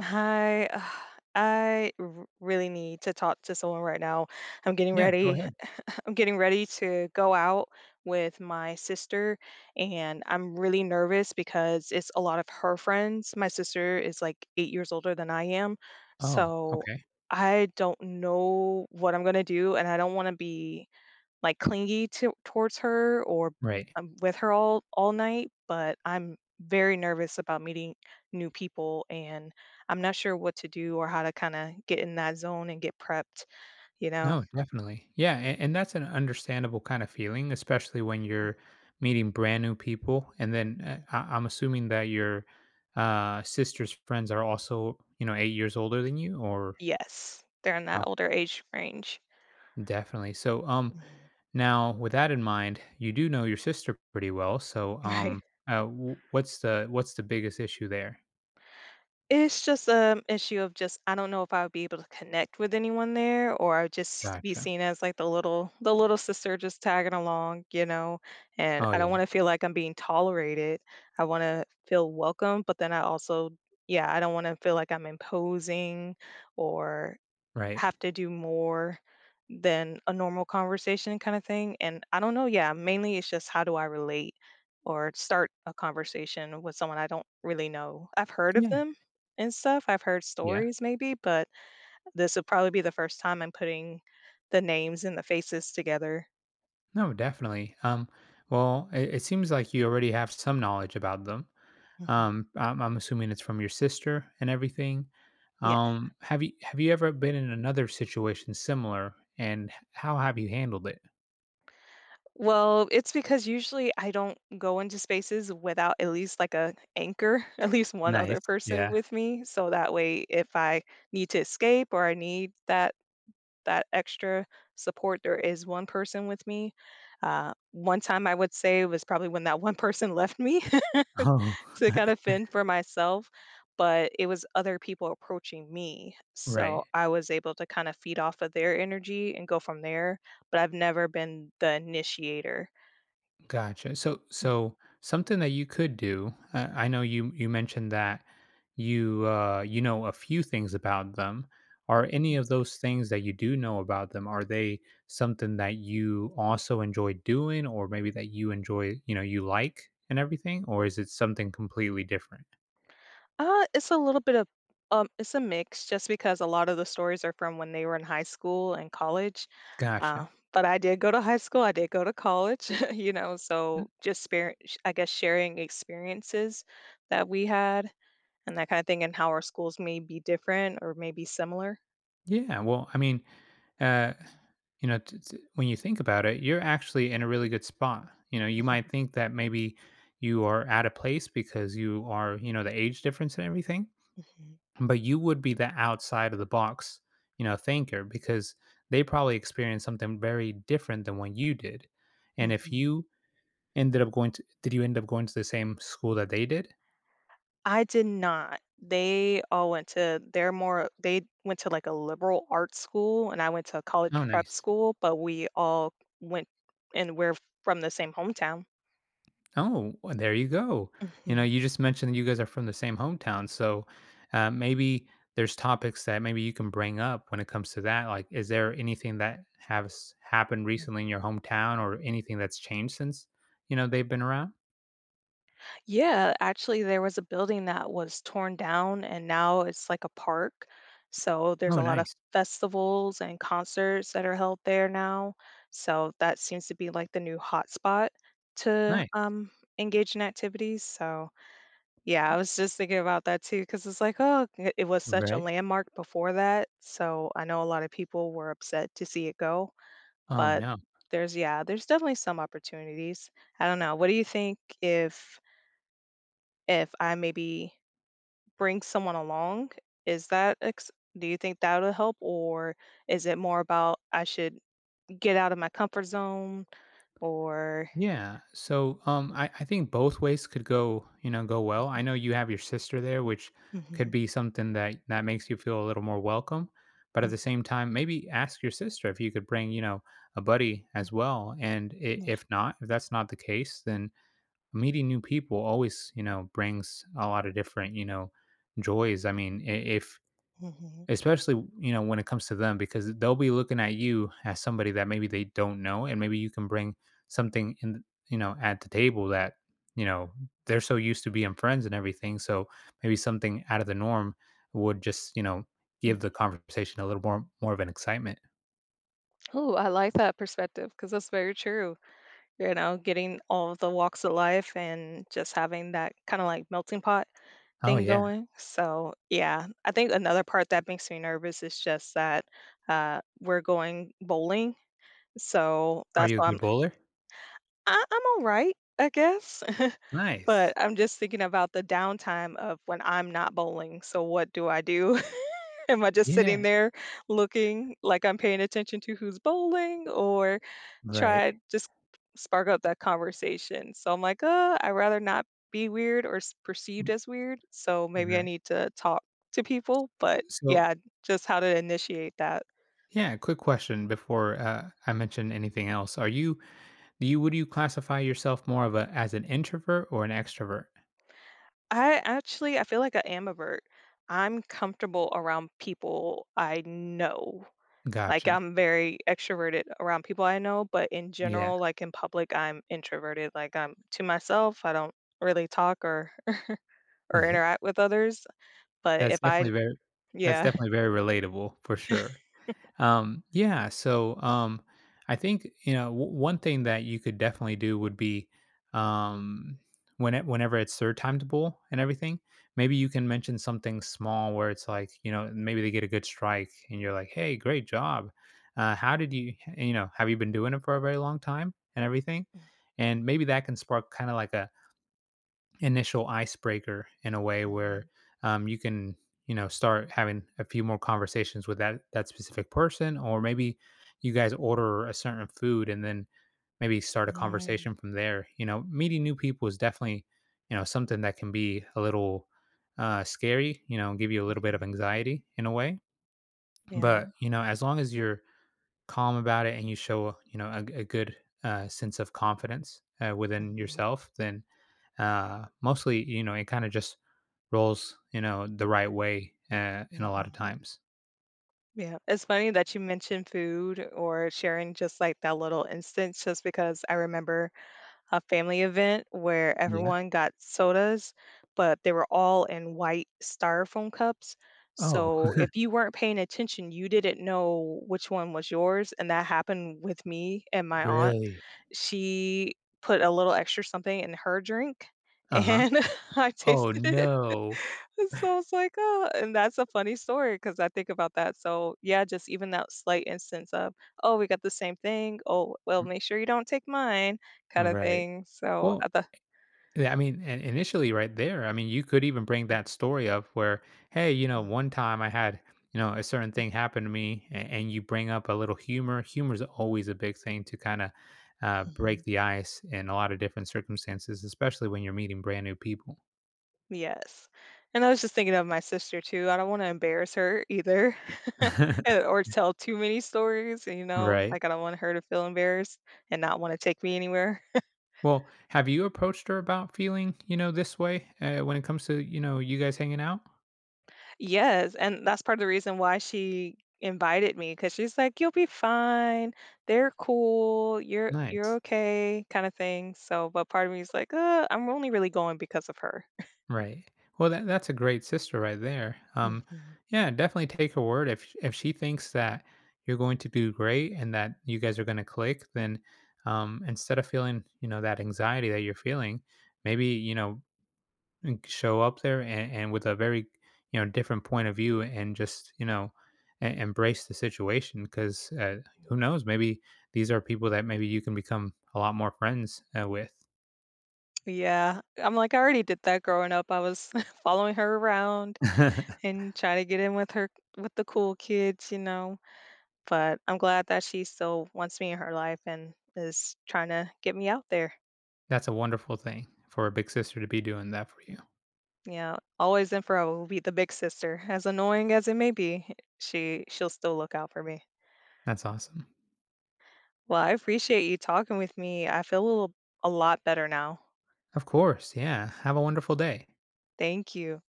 Hi. I really need to talk to someone right now. I'm getting Yeah, go ready. ahead. I'm getting ready to go out with my sister, and I'm really nervous because it's a lot of her friends. My sister is like 8 years older than I am. Oh, So okay. I don't know what I'm going to do, and I don't want to be like clingy towards her or Right. With her all night, but I'm very nervous about meeting new people and I'm not sure what to do or how to kind of get in that zone and get prepped, you know. No, definitely. Yeah, and that's an understandable kind of feeling, especially when Mhm. you're meeting brand new people. And then Mhm. I'm assuming that your sister's friends are also, you know, 8 years older than you, or Yes, they're in that oh, older age range. definitely. So, Mhm. now with that in mind, you do know your sister pretty well. So, Right. What's the biggest issue there? It's just an issue of just I don't know if I would be able to connect with anyone there, or I would just be Gotcha. seen as like the little sister just tagging along. And Oh I don't want to yeah. feel like I'm being tolerated. I want to feel welcome, but then I also, yeah, I don't want to feel like I'm imposing or Right. have to do more than a normal conversation kind of thing. And I don't know, yeah, mainly it's just how do I relate or start a conversation with someone I don't really know. I've heard of Yeah. them and stuff. I've heard Yeah. stories maybe, but this would probably be the first time I'm putting the names and the faces together. No, definitely. Well, it seems like you already have some knowledge about them. Mhm. I'm assuming it's from your sister and everything. Yeah. Have you ever been in another situation similar, and how have you handled it? Well, it's because usually I don't go into spaces without at least like a anchor, at least one Nice. other person Yeah. with me. So that way if I need to escape or I need that extra support, there is one person with me. One time I would say was probably when that one person left me Oh, to kind of fend for myself, but it was other people approaching me. right. So I was able to kind of feed off of their energy and go from there. But I've never been the initiator. Gotcha. So Mhm. so something that you could do, I know you mentioned that you you know a few things about them. Are any Mhm. of those things that you do know about them, are they something that you also enjoy doing or maybe that you enjoy, you know, you like and everything, or is it something completely different? It's a little bit of It's a mix just because a lot of the stories are from when they were in high school and college. Uh, Gotcha. but I did go to high school, I did go to college, you know, Hmm. so just spare, I guess, sharing experiences that we had and that kind of thing, and how our schools may be different or maybe similar. Yeah, well, I mean, uh, you know, when you think about it, you're actually in a really good spot. You know, you might think that maybe you are out of place because you are, you know, the age difference and everything, Mhm. Mhm. but you would be the outside of the box, you know, thinker because they probably experienced something very different than what you did. And if Mhm. you ended up going to, did you end up going to the same school that they did? I did not. They're more, they went to like a liberal arts school, and I went to a Oh, college prep nice. school, but we all went and we're from the same hometown. Oh, well, there you go. You know, Mhm. you just mentioned that you guys are from the same hometown, so maybe there's topics that maybe you can bring up when it comes to that. Like, is there anything that has happened recently in your hometown, or anything that's changed since you know they've been around? Yeah, actually, there was a building that was torn down and now it's like a park. So there's Oh, a lot of nice, festivals and concerts that are held there now. So that seems to be like the new hotspot to nice, engage in activities. So yeah, I was just thinking about that too, because it's like, oh, it was such a right? landmark before that. So I know a lot of people were upset to see it go, Oh but no, there's, yeah, there's definitely some opportunities. I don't know. What do you think if I maybe bring someone along, is that ex- do you think that'll help, or is it more about I should get out of my comfort zone, or? yeah. So I think both ways could go, you know, go well. I know you have your sister there, which could Mhm. be something that makes you feel a little more welcome. But at the Mhm. same time, maybe ask your sister if you could bring, you know, a buddy as well. And Mhm. If that's not the case, then meeting new people always, you know, brings a lot of different, you know, joys. I mean, if Mhm. Mhm. especially, you know, when it comes to them because they'll be looking at you as somebody that maybe they don't know and maybe you can bring something in, you know, at the table that, you know, they're so used to being friends and everything, so maybe something out of the norm would just, you know, Mhm. give the conversation a little more of an excitement. Oh, I like that perspective because that's very true. You know, getting all of the walks of life and just having that kind of like melting pot Oh, thing yeah. going. So, yeah, I think another part that makes me nervous is just that we're going bowling. So Are that's you a why good bowler? I'm all right, I guess, but Nice. I'm just thinking about the downtime of when I'm not bowling, so what do I do? Am I just sitting Yeah. there looking like I'm paying attention to who's bowling or try Right. just spark up that conversation? So I'm like, I'd rather not be weird or s perceived as weird, so maybe I Right. need to talk to people," but So, yeah, just how to initiate that. yeah, quick question before, I mention anything else. Are you Do you Would you classify yourself more of a as an introvert or an extrovert? I feel like a ambivert. I'm comfortable around people I know. Like Gotcha. I'm very extroverted around people I know, but in Yeah. general, like in public, I'm introverted. Like I'm to myself. I don't really talk or or interact with others. But That's if definitely I, very that's yeah, definitely very relatable for sure. Yeah, so I think you know one thing that you could definitely do would be um, whenever it's third time to bowl and everything, maybe you can mention something small where it's like you know maybe they get a good strike and you're like, hey, great job. How did you you know have you been doing it for a very long time and everything? And maybe that can spark kind of like a initial icebreaker in a way where Mhm. You can you know start having a few more conversations with that specific person or maybe you guys order a certain food and then maybe start a Mhm. conversation from there. You know, meeting new people is definitely you know something that can be a little scary, you know, give you a little bit of Mhm. anxiety in a way, Yeah. but you know as long as you're calm about it and you show you know a good sense of confidence within Mhm. yourself, then mostly, you know, it kind of just rolls, you know, the right way in a lot of Mhm. times. Yeah. It's funny that you mentioned food or sharing just like that little instance, just because I remember a family event where Yeah. everyone got sodas, but they were all in white styrofoam cups. Oh, So if you weren't paying attention, you didn't know which one was yours. And that happened with me and my aunt. really? She put a little extra something in her drink Uh-huh. and I Oh tasted it. no. So I was like, "Oh," and that's a funny story because I think about that. So yeah, just even that slight instance of, "Oh, we got the same thing. Oh, well, M- make sure you don't take mine," kind of Right. thing. So Well, I thought, yeah, I mean, and initially right there, I mean, you could even bring that story up where, hey, you know, one time I had, you know, a certain thing happen to me, and you bring up a little humor. Humor is always a big thing to kind of break Mhm. the ice in a lot of different circumstances, especially when you're meeting brand new people. Yes. And I was just thinking of my sister too. I don't want to embarrass her either, and- or tell too many stories. You know, Right. like I don't want her to feel embarrassed and not want to take me anywhere. Well, have you approached her about feeling, you know, this way when it comes to, you know, you guys hanging out? Yes, and that's part of the reason why she invited me, because she's like, "You'll be fine. They're cool. You're Nice. okay," kinda thing. So, but part of me is like, I'm only really going because of her." Right. Well, that's a great sister right there. Mhm. Yeah, definitely take her word. If she thinks that you're going to do great and that you guys are going to click, then instead of feeling, you know, that anxiety that you're feeling, maybe you know and show up there, and with a very you know different point of view and just you know embrace the situation because who knows, maybe these are people that maybe you can become a lot more friends with. Yeah, I'm like, I already did that growing up. I was following her around and trying to get in with her with the cool kids, you know? But I'm glad that she still wants me in her life and is trying to get me out there. That's a wonderful thing for a big sister to be doing that for you. Yeah, always and forever will be the big sister. As annoying as it may be, she'll still look out for me. That's awesome. Well, I appreciate you talking with me. I feel a lot better now. Of course. Yeah, have a wonderful day. Thank you.